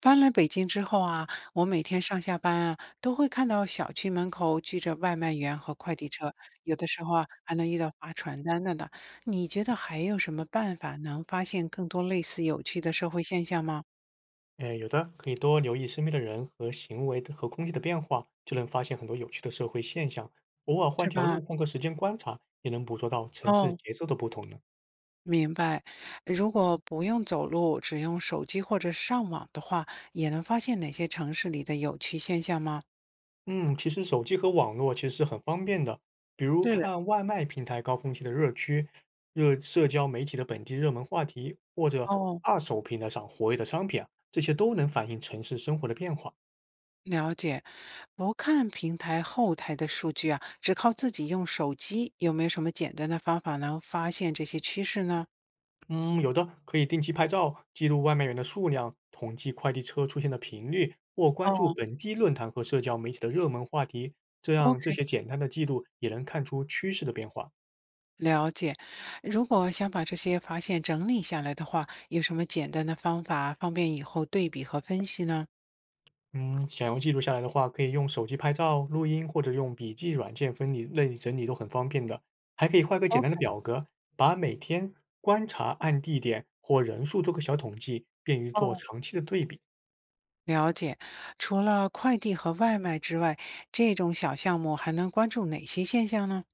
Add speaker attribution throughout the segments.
Speaker 1: 搬来北京之后啊，我每天上下班啊，都会看到小区门口聚着外卖员和快递车，有的时候啊，还能遇到发传单的呢。你觉得还有什么办法能发现更多类似有趣的社会现象吗？
Speaker 2: 哎，有的，可以多留意身边的人和行为的和空气的变化，就能发现很多有趣的社会现象。偶尔换
Speaker 1: 是
Speaker 2: 条路，
Speaker 1: 吧？
Speaker 2: 换个时间观察，也能捕捉到城市
Speaker 1: 哦，
Speaker 2: 节奏的不同呢。
Speaker 1: 明白。如果不用走路，只用手机或者上网的话，也能发现哪些城市里的有趣现象吗？
Speaker 2: 嗯，其实手机和网络其实是很方便的，比如
Speaker 1: 是。
Speaker 2: 看外卖平台高峰期的热区、热社交媒体的本地热门话题，或者
Speaker 1: 哦。
Speaker 2: 二手平台上活跃的商品啊，这些都能反映城市生活的变化。
Speaker 1: 了解，不看平台后台的数据啊，只靠自己用手机，有没有什么简单的方法能发现这些趋势呢？
Speaker 2: 嗯，有的可以定期拍照，记录外卖员的数量，统计快递车出现的频率，或关注
Speaker 1: 哦，
Speaker 2: 本地论坛和社交媒体的热门话题。这样这
Speaker 1: OK，
Speaker 2: 些简单的记录也能看出趋势的变化。
Speaker 1: 了解。如果想把这些发现整理下来的话，有什么简单的方法方便以后对比和分析呢？
Speaker 2: 嗯，想要记录下来的话，可以用手机拍照、录音或者用笔记软件分离类整理都很方便的。还可以画个简
Speaker 1: 哦，
Speaker 2: 单的表格，把每天观察按地点或人数做个小统计，便于做
Speaker 1: 哦，
Speaker 2: 长期的对比。
Speaker 1: 了解，除了快递和外卖之外，这种小项目还能关注哪些现象呢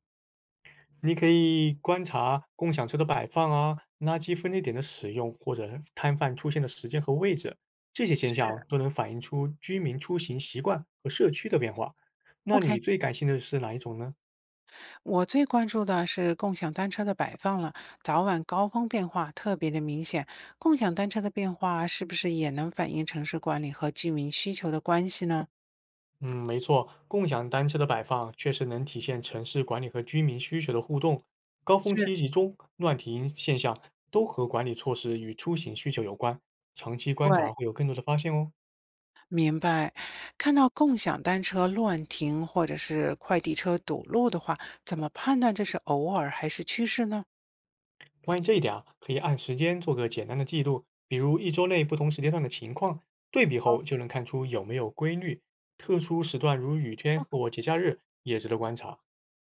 Speaker 2: 你可以观察共享车的摆放啊、垃圾分类点的使用，或者摊贩出现的时间和位置，这些现象都能反映出居民出行习惯和社区的变化。那你
Speaker 1: ？OK。
Speaker 2: 最感兴趣的是哪一种呢？
Speaker 1: 我最关注的是共享单车的摆放了，早晚高峰变化特别的明显。共享单车的变化是不是也能反映城市管理和居民需求的关系呢？
Speaker 2: 嗯，没错，共享单车的摆放确实能体现城市管理和居民需求的互动。高峰
Speaker 1: 是，
Speaker 2: 期集中、乱停现象都和管理措施与出行需求有关，长期观察
Speaker 1: 对，
Speaker 2: 会有更多的发现哦。
Speaker 1: 明白。看到共享单车乱停或者是快递车堵路的话，怎么判断这是偶尔还是趋势呢？
Speaker 2: 关于这一点啊，可以按时间做个简单的记录，比如一周内不同时间段的情况，对比后就
Speaker 1: 哦，
Speaker 2: 能看出有没有规律。特殊时段如雨天或节假日也值得观察。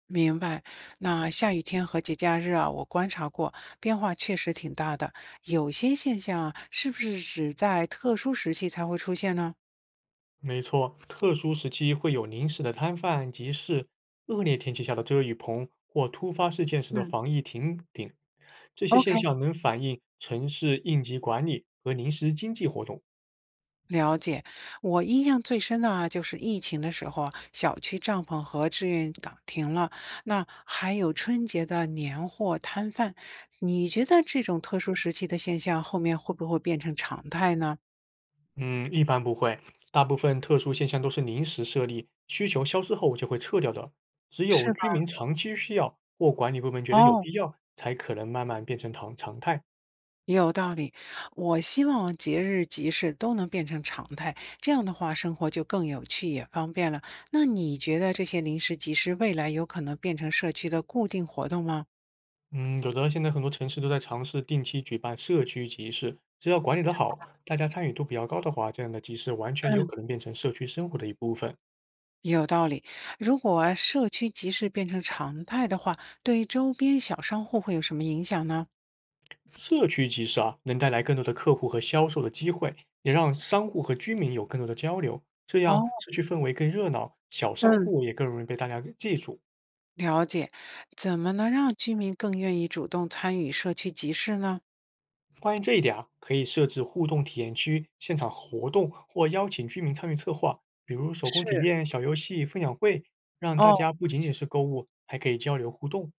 Speaker 1: 明白。那下雨天和节假日啊，我观察过，变化确实挺大的。有些现象啊是不是只在特殊时期才会出现呢？
Speaker 2: 没错，特殊时期会有临时的摊贩、集市，恶劣天气下的遮雨棚或突发事件时的
Speaker 1: 嗯，
Speaker 2: 防疫停顶，这些现
Speaker 1: ？OK，
Speaker 2: 象能反映城市应急管理和临时经济活动。
Speaker 1: 了解。我印象最深的啊，就是疫情的时候啊小区帐篷和志愿岗停了，那还有春节的年货摊贩。你觉得这种特殊时期的现象后面会不会变成常态呢？
Speaker 2: 嗯，一般不会，大部分特殊现象都是临时设立，需求消失后就会撤掉的。只有
Speaker 1: 是
Speaker 2: 居
Speaker 1: 吧？
Speaker 2: 民长期需要或管理部门觉得有
Speaker 1: 哦，
Speaker 2: 必要，才可能慢慢变成常常态。
Speaker 1: 也有道理，我希望节日集市都能变成常态，这样的话生活就更有趣也方便了。那你觉得这些临时集市未来有可能变成社区的固定活动吗？
Speaker 2: 嗯，有的现在很多城市都在尝试定期举办社区集市，只要管理得好，大家参与度比较高的话，这样的集市完全有
Speaker 1: 嗯，
Speaker 2: 可能变成社区生活的一部分。
Speaker 1: 也有道理，如果社区集市变成常态的话，对周边小商户会有什么影响呢？
Speaker 2: 社区集市啊，能带来更多的客户和销售的机会，也让商户和居民有更多的交流，这
Speaker 1: 哦，
Speaker 2: 样社区氛围更热闹，小商
Speaker 1: 嗯，
Speaker 2: 户也更容易被大家给记住。
Speaker 1: 了解，怎么能让居民更愿意主动参与社区集市呢？
Speaker 2: 关于这一点啊，可以设置互动体验区、现场活动或邀请居民参与策划，比如手工体
Speaker 1: 是。
Speaker 2: 验、小游戏、分享会，让大
Speaker 1: 哦，
Speaker 2: 家不仅仅是购物，还可以交流互动。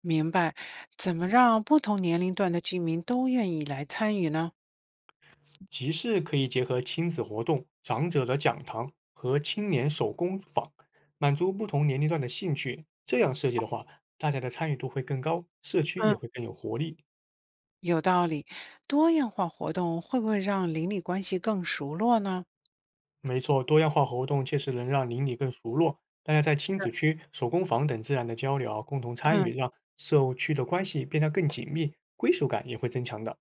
Speaker 1: 明白，怎么让不同年龄段的居民都愿意来参与呢？
Speaker 2: 集市可以结合亲子活动、长者的讲堂和青年手工坊，满足不同年龄段的兴趣。这样设计的话，大家的参与度会更高，社区
Speaker 1: 嗯，
Speaker 2: 也会更有活力。
Speaker 1: 有道理，多样化活动会不会让邻里关系更熟络呢？
Speaker 2: 没错，多样化活动确实能让邻里更熟络。大家在亲子区、手工坊等自然的交流啊，共同参与，
Speaker 1: 嗯，
Speaker 2: 让社区的关系变得更紧密，归属感也会增强的。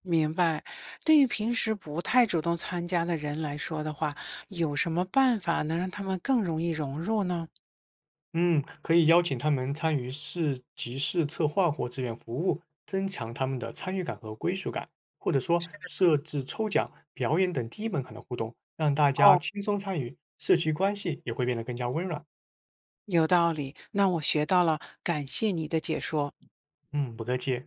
Speaker 1: 明白，对于平时不太主动参加的人来说的话，有什么办法能让他们更容易融入呢？
Speaker 2: 嗯，可以邀请他们参与市集市策划或志愿服务，增强他们的参与感和归属感，或者说设置抽奖、表演等低门槛的互动，让大家
Speaker 1: 哦，
Speaker 2: 轻松参与，社区关系也会变得更加温暖。
Speaker 1: 有道理，那我学到了，感谢你的解说。
Speaker 2: 嗯，不客气。